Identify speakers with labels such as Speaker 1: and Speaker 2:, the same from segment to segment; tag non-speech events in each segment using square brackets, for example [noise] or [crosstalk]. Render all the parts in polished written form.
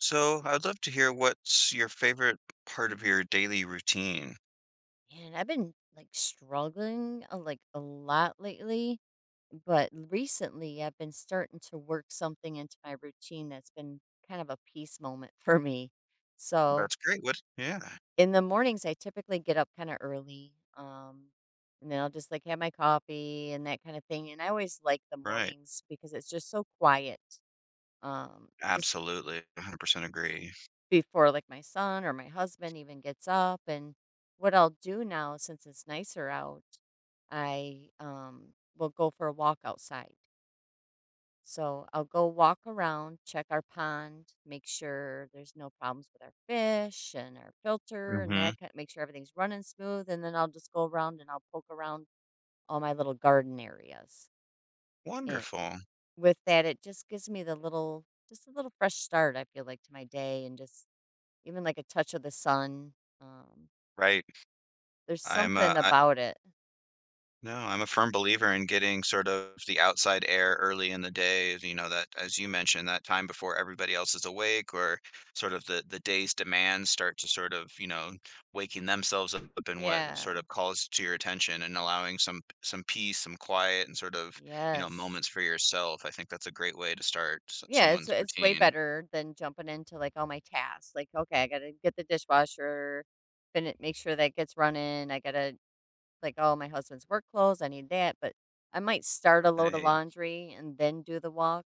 Speaker 1: So I'd love to hear what's your favorite part of your daily routine.
Speaker 2: And I've been struggling like a lot lately, but recently I've been starting to work something into my routine that's been kind of a peace moment [laughs] for me. So
Speaker 1: That's great. What? Yeah,
Speaker 2: in the mornings, I typically get up kind of early, and then I'll just like have my coffee and that kind of thing. And I always like the
Speaker 1: right.
Speaker 2: mornings because it's just so quiet. Um, just
Speaker 1: Absolutely. 100% agree.
Speaker 2: before like my son or my husband even gets up. And what I'll do now since it's nicer out, I will go for a walk outside. So I'll go walk around, check our pond, make sure there's no problems with our fish and our filter and
Speaker 1: Hmm.
Speaker 2: that kind, make sure everything's running smooth, and then I'll just go around and I'll poke around all my little garden areas. And
Speaker 1: Wonderful.
Speaker 2: with that it just gives me the little, just a little fresh start, I feel like, to my day, and just even like a touch of the sun. Um,
Speaker 1: Right.
Speaker 2: there's
Speaker 1: I'm
Speaker 2: something
Speaker 1: a
Speaker 2: about it.
Speaker 1: No, I'm a firm believer in getting sort of the outside air early in the day, you know, that as you mentioned, that time before everybody else is awake or sort of the day's demands start to sort of, you know, waking themselves up and what sort
Speaker 2: Yeah.
Speaker 1: of calls to your attention and allowing some peace, some quiet and sort of, you know,
Speaker 2: Yes.
Speaker 1: moments for yourself. I think that's a great way to start
Speaker 2: Yeah, it's
Speaker 1: someone's
Speaker 2: it's way
Speaker 1: routine.
Speaker 2: better than jumping into like all my tasks. Like, okay, I gotta get the dishwasher finish, make sure that gets running. I gotta, like, oh, my husband's work clothes, I need that. But I might start a load of
Speaker 1: Right.
Speaker 2: laundry and then do the walk.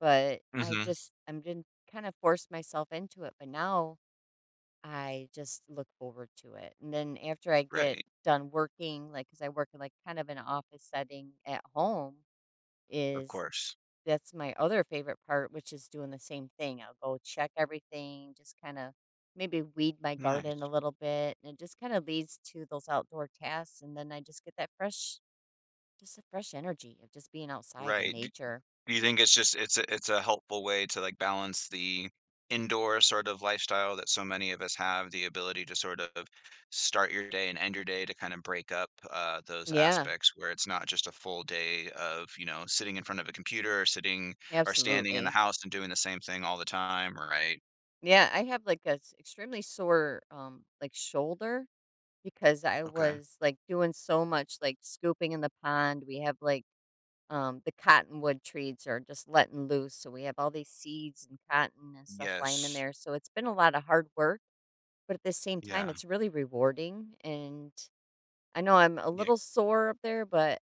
Speaker 2: But I
Speaker 1: Hmm.
Speaker 2: just I'm didn't kind of force myself into it. But now I just look forward to it. And then after I get
Speaker 1: Right.
Speaker 2: done working, like, because I work in like kind of an office setting at home,
Speaker 1: Of
Speaker 2: is
Speaker 1: course.
Speaker 2: that's my other favorite part, which is doing the same thing. I'll go check everything, just kind of maybe weed my garden a
Speaker 1: Nice.
Speaker 2: little bit. And it just kind of leads to those outdoor tasks. And then I just get that fresh energy of just being outside in
Speaker 1: Right. Do
Speaker 2: nature.
Speaker 1: you think it's just it's a helpful way to, like, balance the indoor sort of lifestyle that so many of us have, the ability to sort of start your day and end your day to kind of break up, those
Speaker 2: Yeah,
Speaker 1: aspects where it's not just a full day of, you know, sitting in front of a computer or sitting or standing in the
Speaker 2: absolutely.
Speaker 1: house and doing the same thing all the time, right?
Speaker 2: Yeah, I have like a extremely sore, like, shoulder. Because I
Speaker 1: Okay.
Speaker 2: was, like, doing so much, like, scooping in the pond. We have, like, the cottonwood trees are just letting loose, so we have all these seeds and cotton and stuff lying in
Speaker 1: Yes.
Speaker 2: there, so it's been a lot of hard work, but at the same time,
Speaker 1: Yeah.
Speaker 2: it's really rewarding. And I know I'm a
Speaker 1: Yeah,
Speaker 2: little sore up there, but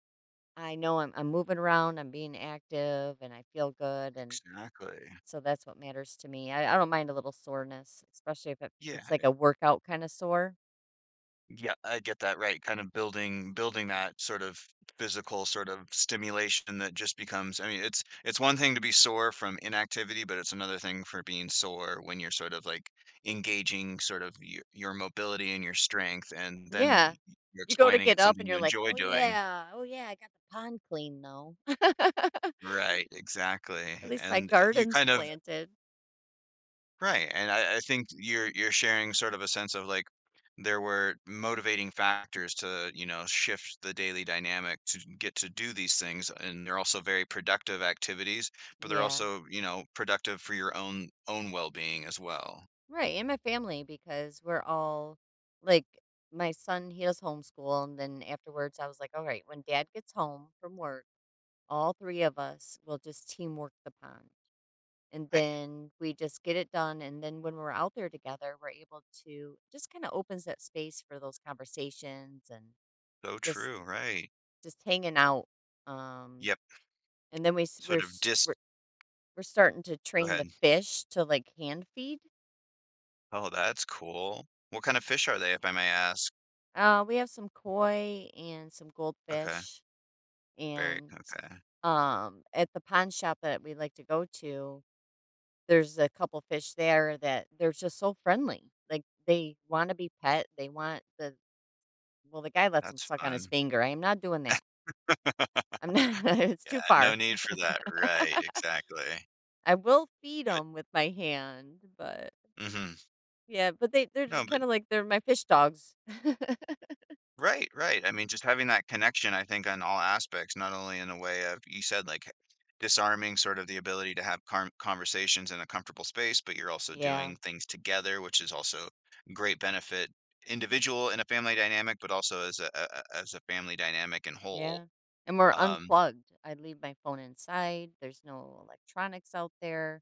Speaker 2: I know I'm moving around, I'm being active, and I feel good, and
Speaker 1: exactly.
Speaker 2: so that's what matters to me. I don't mind a little soreness, especially if it
Speaker 1: Yeah.
Speaker 2: it's like a workout kinda sore.
Speaker 1: Yeah, I get that, right, kind of building that sort of physical sort of stimulation that just becomes I mean, it's one thing to be sore from inactivity, but it's another thing for being sore when you're sort of, like, engaging sort of your mobility and your strength, and then y
Speaker 2: Yeah.
Speaker 1: you're
Speaker 2: You go to
Speaker 1: explaining
Speaker 2: get
Speaker 1: it's
Speaker 2: up and
Speaker 1: something you
Speaker 2: you're like,
Speaker 1: enjoy
Speaker 2: "Oh,
Speaker 1: doing.
Speaker 2: yeah. Oh, yeah, I got the pond clean, though." [laughs]
Speaker 1: Right, exactly,
Speaker 2: At least my
Speaker 1: and, you
Speaker 2: garden's
Speaker 1: kind of
Speaker 2: planted.
Speaker 1: Right. And I think you're sharing sort of a sense of like there were motivating factors to, you know, shift the daily dynamic to get to do these things. And they're also very productive activities, but they're
Speaker 2: Yeah.
Speaker 1: also, you know, productive for your own well being as well.
Speaker 2: Right, and my family, because we're all, like, my son, he does homeschool, and then afterwards, I was like, "All right, when dad gets home from work, all 3 of us will just teamwork the pond." And
Speaker 1: Right.
Speaker 2: then we just get it done, and then when we're out there together, we're able to just kinda, opens that space for those conversations and
Speaker 1: So
Speaker 2: just
Speaker 1: true, right.
Speaker 2: Just hanging out, um,
Speaker 1: Yep.
Speaker 2: and then we
Speaker 1: Sort of
Speaker 2: s
Speaker 1: dis
Speaker 2: we're starting to
Speaker 1: Go
Speaker 2: train the
Speaker 1: ahead.
Speaker 2: fish to, like, hand feed.
Speaker 1: Oh, that's cool. What kind of fish are they, if I may ask?
Speaker 2: We have some koi and some
Speaker 1: Okay.
Speaker 2: goldfish,
Speaker 1: Very
Speaker 2: and,
Speaker 1: okay.
Speaker 2: at the pond shop that we like to go to, there's a couple fish there that they're just so friendly. Like, they wanna be pet, they want the, well, the guy lets them
Speaker 1: That's
Speaker 2: suck on his
Speaker 1: fun.
Speaker 2: finger. I am not doing that. I'm not, [laughs] it's
Speaker 1: Yeah,
Speaker 2: too
Speaker 1: no
Speaker 2: far.
Speaker 1: need for that. Right,
Speaker 2: [laughs]
Speaker 1: exactly.
Speaker 2: I will feed
Speaker 1: But
Speaker 2: them with my hand, but
Speaker 1: Hmm.
Speaker 2: yeah, but they're
Speaker 1: No, but
Speaker 2: kind of like, they're my fish dogs. [laughs]
Speaker 1: right, right. I mean, just having that connection, I think, on all aspects, not only in a way of, you said, like, disarming sort of the ability to have carm conversations in a comfortable space, but you're also
Speaker 2: Yeah,
Speaker 1: doing things together, which is also great benefit, individual in a family dynamic, but also as a as a family dynamic in whole.
Speaker 2: yeah. And we're
Speaker 1: Um,
Speaker 2: unplugged. I leave my phone inside. There's no electronics out there.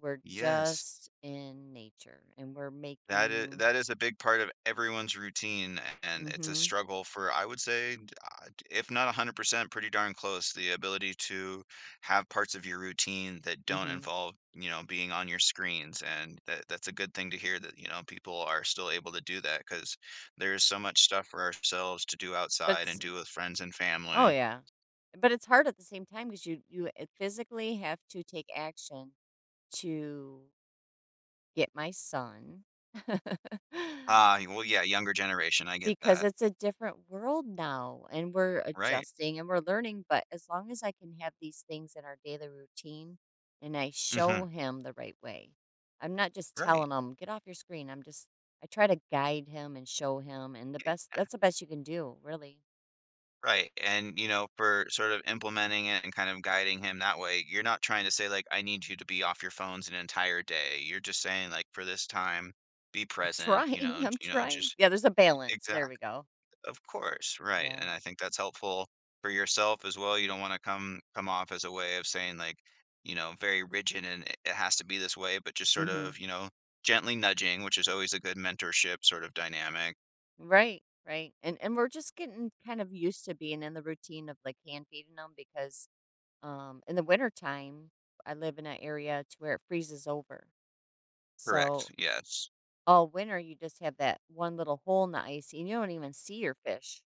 Speaker 2: We're
Speaker 1: yes.
Speaker 2: just in nature and we're making.
Speaker 1: That is a big part of everyone's routine, and it's a
Speaker 2: Hmm.
Speaker 1: struggle for, I would say, d if not 100%, pretty darn close. The ability to have parts of your routine that don't
Speaker 2: Hmm.
Speaker 1: involve, you know, being on your screens, and that that's a good thing to hear that, you know, people are still able to do that because there's so much stuff for ourselves to do
Speaker 2: But
Speaker 1: outside and
Speaker 2: it's,
Speaker 1: do with friends and
Speaker 2: oh
Speaker 1: family.
Speaker 2: yeah. But it's hard at the same time, because you physically have to take action to get my son. [laughs]
Speaker 1: Ah, well, yeah, younger generation, I get
Speaker 2: Because
Speaker 1: that.
Speaker 2: it's a different world now, and we're
Speaker 1: Right.
Speaker 2: adjusting and we're learning, but as long as I can have these things in our daily routine and I show
Speaker 1: Mhm. [laughs]
Speaker 2: him the right way. I'm not just
Speaker 1: Right.
Speaker 2: telling him, "Get off your screen." I try to guide him and show him, and the
Speaker 1: Yeah,
Speaker 2: best,
Speaker 1: yeah.
Speaker 2: that's the best you can do, really.
Speaker 1: Right, and, you know, for sort of implementing it and kind of guiding him that way, you're not trying to say, like, "I need you to be off your phones an entire day." You're just saying, like, "For this time, be
Speaker 2: I'm
Speaker 1: present," you know,
Speaker 2: trying, [laughs]
Speaker 1: j
Speaker 2: I'm
Speaker 1: you know,
Speaker 2: trying.
Speaker 1: just
Speaker 2: Yeah, there's a balance. There we
Speaker 1: Exact
Speaker 2: go.
Speaker 1: Of course, right,
Speaker 2: Yeah.
Speaker 1: and I think that's helpful for yourself as well. You don't wanna come off as a way of saying, like, you know, very rigid and it has to be this way, but just sort
Speaker 2: Mhm.
Speaker 1: of, you know, gently nudging, which is always a good mentorship sort of dynamic.
Speaker 2: Right. And we're just getting kind of used to being in the routine of, like, hand feeding them. Because In the wintertime, I live in an area to where it freezes over. So
Speaker 1: Correct, yes.
Speaker 2: all winter, you just have that one little hole in the ice, and you don't even see your fish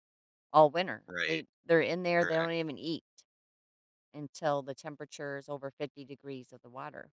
Speaker 2: all winter.
Speaker 1: Right,
Speaker 2: They're in there. They don't
Speaker 1: correct.
Speaker 2: even eat until the temperature is over 50 degrees of the water.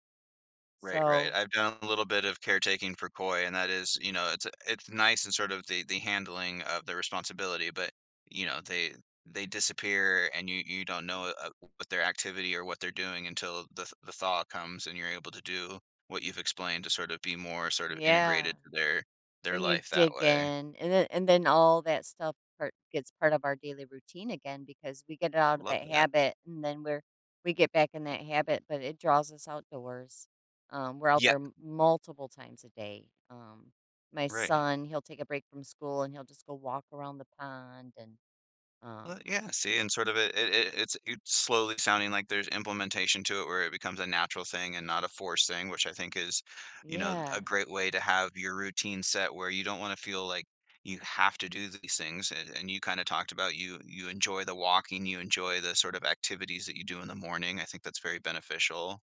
Speaker 1: Right, right.
Speaker 2: So
Speaker 1: I've done a little bit of caretaking for koi, and that is, you know, it's nice and sort of the handling of the responsibility, but you know, they disappear, and you don't know what their activity or what they're doing until the thaw comes, and you're able to do what you've explained to sort of be more sort of
Speaker 2: yeah,
Speaker 1: integrated to their
Speaker 2: then you
Speaker 1: life that
Speaker 2: dig
Speaker 1: way.
Speaker 2: in, and then all that stuff part gets part of our daily routine again, because we get out of
Speaker 1: Love
Speaker 2: that
Speaker 1: that.
Speaker 2: habit, and then we get back in that habit, but it draws us outdoors. We're out
Speaker 1: Yeah.
Speaker 2: there multiple times a day. My
Speaker 1: Right.
Speaker 2: son, he'll take a break from school and he'll just go walk around the pond, and
Speaker 1: Well,
Speaker 2: um,
Speaker 1: yeah, see, and sort of it's slowly sounding like there's implementation to it where it becomes a natural thing and not a forced thing, which I think is, you know, a
Speaker 2: yeah.
Speaker 1: great way to have your routine set where you don't want to feel like you have to do these things. And you kind of talked about you enjoy the walking, you enjoy the sort of activities that you do in the morning. I think that's very beneficial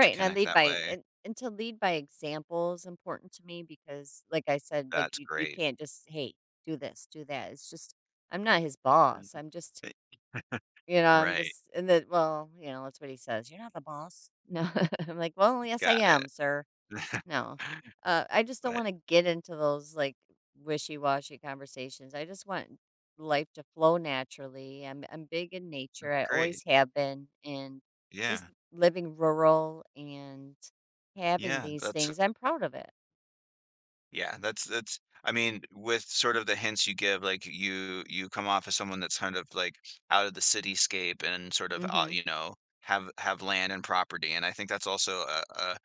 Speaker 1: to
Speaker 2: and I
Speaker 1: connect
Speaker 2: lead
Speaker 1: that
Speaker 2: by
Speaker 1: way.
Speaker 2: and to lead by example is important to me, because like I said, like
Speaker 1: That's
Speaker 2: you
Speaker 1: great.
Speaker 2: can't just, "Hey, do this, do that." It's just, I'm not his boss. I'm just,
Speaker 1: Eh,
Speaker 2: you know, I'm
Speaker 1: Right.
Speaker 2: just and that well, you know, that's what he says, "You're not the boss." No. [laughs] I'm like, "Well, yes, I
Speaker 1: Got
Speaker 2: am, sir."
Speaker 1: it. [laughs]
Speaker 2: No. I just don't
Speaker 1: But
Speaker 2: wanna get into those, like, wishy-washy conversations. I just want life to flow naturally. I'm big in nature, I
Speaker 1: great.
Speaker 2: always have been, and just
Speaker 1: Yeah.
Speaker 2: living rural and having
Speaker 1: Yeah,
Speaker 2: these
Speaker 1: that's
Speaker 2: things, I'm proud of it.
Speaker 1: Yeah, that's I mean, with sort of the hints you give, like you come off as someone that's kind of like out of the cityscape and sort of
Speaker 2: Mhm.
Speaker 1: you know have land and property, and I think that's also a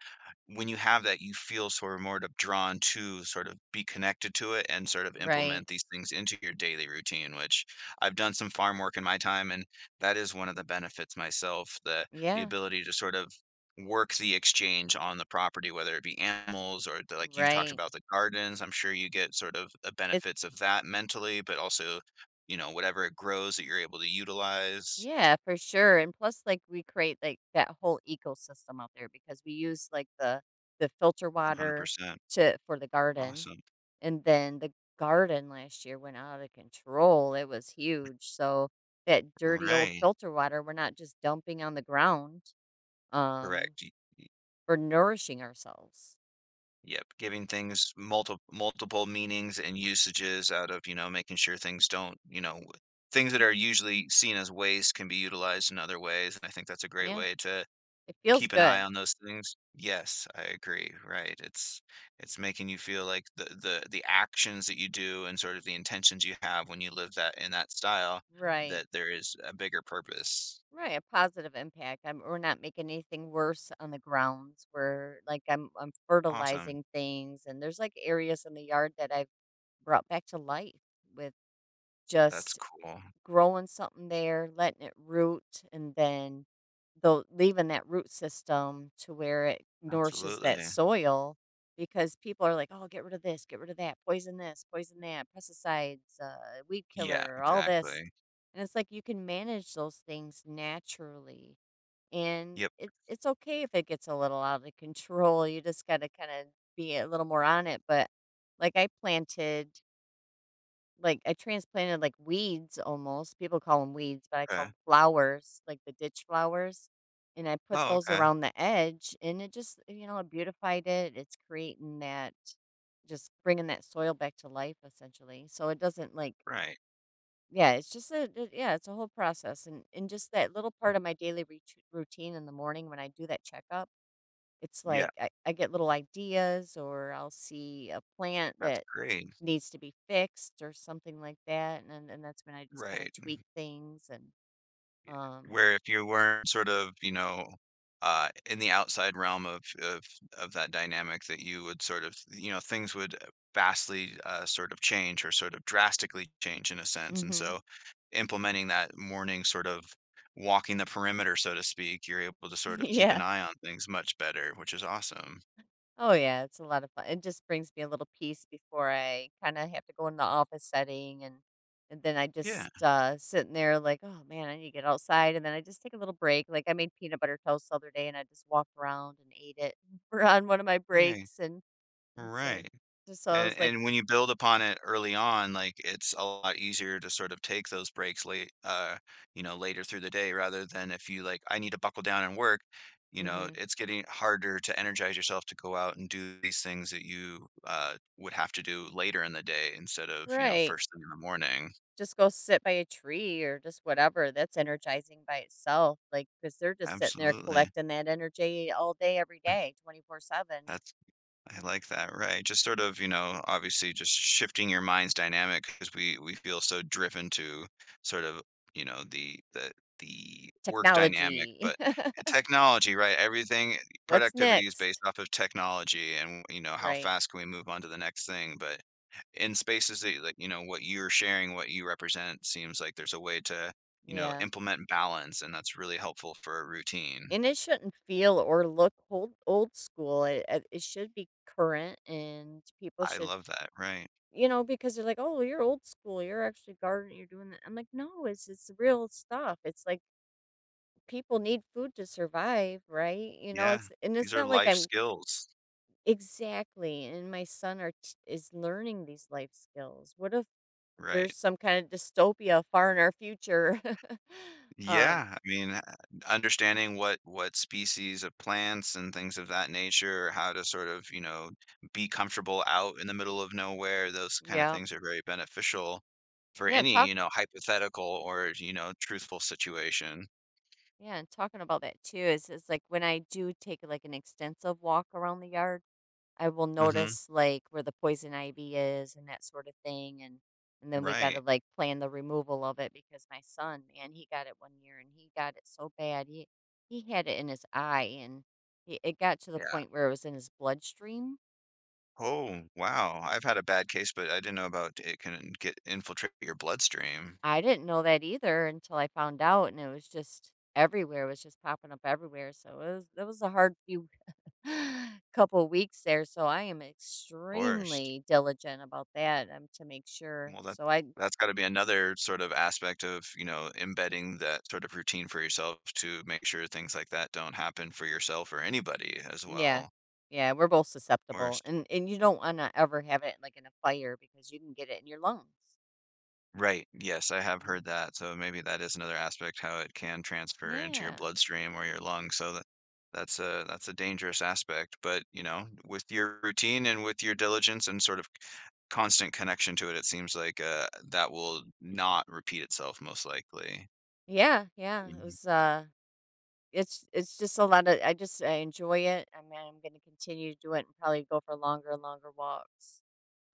Speaker 1: when you have that, you feel sort of more d drawn to sort of be connected to it and sort of
Speaker 2: Right.
Speaker 1: implement these things into your daily routine, which I've done some farm work in my time, and that is one of the benefits myself, the
Speaker 2: Yeah.
Speaker 1: ability to sort of work the exchange on the property, whether it be animals or the like you talked
Speaker 2: Right.
Speaker 1: about the gardens. I'm sure you get sort of the
Speaker 2: It's,
Speaker 1: benefits of that mentally, but also, you know, whatever it grows that you're able to utilize.
Speaker 2: yeah, for sure, and plus, like, we create, like, that whole ecosystem out there, because we use, like, the filter water
Speaker 1: 100%.
Speaker 2: to, for the garden.
Speaker 1: Awesome.
Speaker 2: And then the garden last year went out of control, it was huge, so that dirty old
Speaker 1: Right.
Speaker 2: filter water, we're not just dumping on the ground, um,
Speaker 1: Correct.
Speaker 2: we're nourishing ourselves.
Speaker 1: Yep, giving things multiple meanings and usages out of, you know, making sure things don't, you know, things that are usually seen as waste can be utilized in other ways, and I think that's a great
Speaker 2: Yeah,
Speaker 1: way to
Speaker 2: it feels
Speaker 1: keep an eye
Speaker 2: good.
Speaker 1: on those things. Yes, I agree, right. It's making you feel like the actions that you do and sort of the intentions you have when you live that in that style,
Speaker 2: Right.
Speaker 1: that there is a bigger purpose.
Speaker 2: Right, a positive impact. I'm We're not making anything worse on the grounds, we're like, I'm
Speaker 1: Awesome.
Speaker 2: fertilizing things. And there's, like, areas in the yard that I've brought back to life with
Speaker 1: That's
Speaker 2: just
Speaker 1: cool.
Speaker 2: growing something there, letting it root, and then, though, leaving that root system to where it nourishes that
Speaker 1: Absolutely.
Speaker 2: soil. Because people are like, oh, get rid of this, get rid of that, poison this, poison that, pesticides, weed
Speaker 1: Yeah,
Speaker 2: killer, all this.
Speaker 1: exactly.
Speaker 2: And it's like, you can manage those things naturally. And
Speaker 1: Yep.
Speaker 2: it's okay if it gets a little out of control. You just got to kind of be a little more on it. But like, I planted, like, I transplanted, like, weeds almost. People call them weeds, but I call
Speaker 1: Okay.
Speaker 2: them flowers, like the ditch flowers, and I put
Speaker 1: Oh,
Speaker 2: those
Speaker 1: okay.
Speaker 2: around the edge, and it just, you know, it beautified it. It's creating that, just bringing that soil back to life, essentially. So it doesn't, like,
Speaker 1: Right.
Speaker 2: yeah, it's just a it yeah, it's a whole process. And just that little part of my daily ret routine in the morning, when I do that checkup, it's
Speaker 1: Yeah,
Speaker 2: like I get little ideas, or I'll see a plant
Speaker 1: that's
Speaker 2: that
Speaker 1: great.
Speaker 2: needs to be fixed or something like that, and then, and that's when I just kinda
Speaker 1: Right.
Speaker 2: tweak things, and, um
Speaker 1: Where if you weren't sort of, you know, in the outside realm of of that dynamic that you would sort of, you know, things would vastly sort of change or sort of drastically change in a sense. And
Speaker 2: mhm.
Speaker 1: so implementing that morning sort of walking the perimeter, so to speak, you're able to sort of
Speaker 2: [laughs]
Speaker 1: keep an
Speaker 2: Yeah.
Speaker 1: eye on things much better, which is awesome.
Speaker 2: Oh, yeah, it's a lot of fun. It just brings me a little peace before I kinda have to go in the office setting. And then I
Speaker 1: Yeah,
Speaker 2: just, sitting there like, "Oh, man, I need to get outside," and then I just take a little break. Like, I made peanut butter toast the other day, and I just walked around and ate it [laughs] for, on one of my
Speaker 1: great.
Speaker 2: breaks, and said,
Speaker 1: Right.
Speaker 2: just, so I was like,
Speaker 1: And when you build upon it early on, like, it's a lot easier to sort of take those breaks late you know, later through the day rather than if you, like, "I need to buckle down and work," you know,
Speaker 2: mhm.
Speaker 1: it's getting harder to energize yourself to go out and do these things that you, would have to do later in the day instead of, you know,
Speaker 2: Right.
Speaker 1: first thing in the morning.
Speaker 2: Just go sit by a tree or just whatever, that's energizing by itself, like, because 'cause they're just sitting there
Speaker 1: Absolutely.
Speaker 2: collecting that energy all day, every
Speaker 1: [laughs]
Speaker 2: day, 24/7.
Speaker 1: That's I like that, right. Just sort of, you know, obviously just shifting your mind's dynamic because we feel so driven to sort of, you know, the work dynamic,
Speaker 2: Technology.
Speaker 1: but
Speaker 2: [laughs]
Speaker 1: technology, right? Everything
Speaker 2: What's
Speaker 1: productivity is based
Speaker 2: next?
Speaker 1: off of technology and you know, how
Speaker 2: Right.
Speaker 1: fast can we move on to the next thing, but in spaces that like, you know, what you're sharing, what you represent seems like there's a way to, you know,
Speaker 2: Yeah,
Speaker 1: implement balance and that's really helpful for a routine.
Speaker 2: and it shouldn't feel or look old school, it should be current, and people
Speaker 1: I
Speaker 2: should,
Speaker 1: love that, right.
Speaker 2: you know, because they're like, "Oh, you're old school, you're actually gardening, you're doing that." I'm like, "No, it's real stuff." It's like, people need food to survive, right? You know,
Speaker 1: Yeah.
Speaker 2: it's, and it's
Speaker 1: These are
Speaker 2: not like
Speaker 1: life
Speaker 2: I'm,
Speaker 1: skills.
Speaker 2: exactly, and my son are t is learning these life skills. What if
Speaker 1: Right.
Speaker 2: there's some kind of dystopia far in our future? [laughs] Um,
Speaker 1: Yeah, I mean, understanding what species of plants and things of that nature, how to sort of, you know, be comfortable out in the middle of nowhere, those kind of
Speaker 2: yeah.
Speaker 1: things are very beneficial for
Speaker 2: Yeah,
Speaker 1: any,
Speaker 2: talk
Speaker 1: you know, hypothetical or, you know, truthful situation.
Speaker 2: yeah, and talking about that too is, like, when I do take like an extensive walk around the yard, I will
Speaker 1: Hmm.
Speaker 2: notice like where the poison ivy is and that sort of thing. And then we got to
Speaker 1: Right.
Speaker 2: like plan the removal of it, because my son, man, he got it one year and he got it so bad. He had it in his eye, and it got to the
Speaker 1: Yeah.
Speaker 2: point where it was in his bloodstream.
Speaker 1: Oh, wow. I've had a bad case, but I didn't know about it can get infiltrate your bloodstream.
Speaker 2: I didn't know that either, until I found out, and it was just everywhere. It was just popping up everywhere. So it was, that was a hard few [gasps] [sighs] couple weeks there. So I am
Speaker 1: Of course.
Speaker 2: extremely diligent about that, to make sure.
Speaker 1: Well,
Speaker 2: So I,
Speaker 1: that's gotta be another sort of aspect of, you know, embedding that sort of routine for yourself to make sure things like that don't happen for yourself or anybody as
Speaker 2: yeah.
Speaker 1: well.
Speaker 2: Yeah, we're both
Speaker 1: Or s
Speaker 2: susceptible, and you don't wanna ever have it, like, in a fire because you can get it in your lungs.
Speaker 1: Right, yes, I have
Speaker 2: Mm.
Speaker 1: heard that, so maybe that is another aspect how it can transfer into your
Speaker 2: Yeah.
Speaker 1: bloodstream or your lungs, so that that's a dangerous aspect, but, you know, with your routine and with your diligence and sort of constant connection to it, it seems like, that will not repeat itself most likely.
Speaker 2: Yeah, yeah, it
Speaker 1: Mhm.
Speaker 2: was, uh, it's just a lot of. I just, I enjoy it, I mean, I'm gonna continue to do it and probably go for longer and longer walks.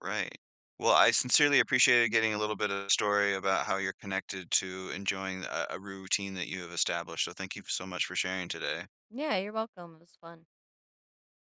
Speaker 1: Right. Well, I sincerely appreciated getting a little bit of story about how you're connected to enjoying a routine that you have established. So thank you so much for sharing today.
Speaker 2: Yeah, you're welcome, it was fun.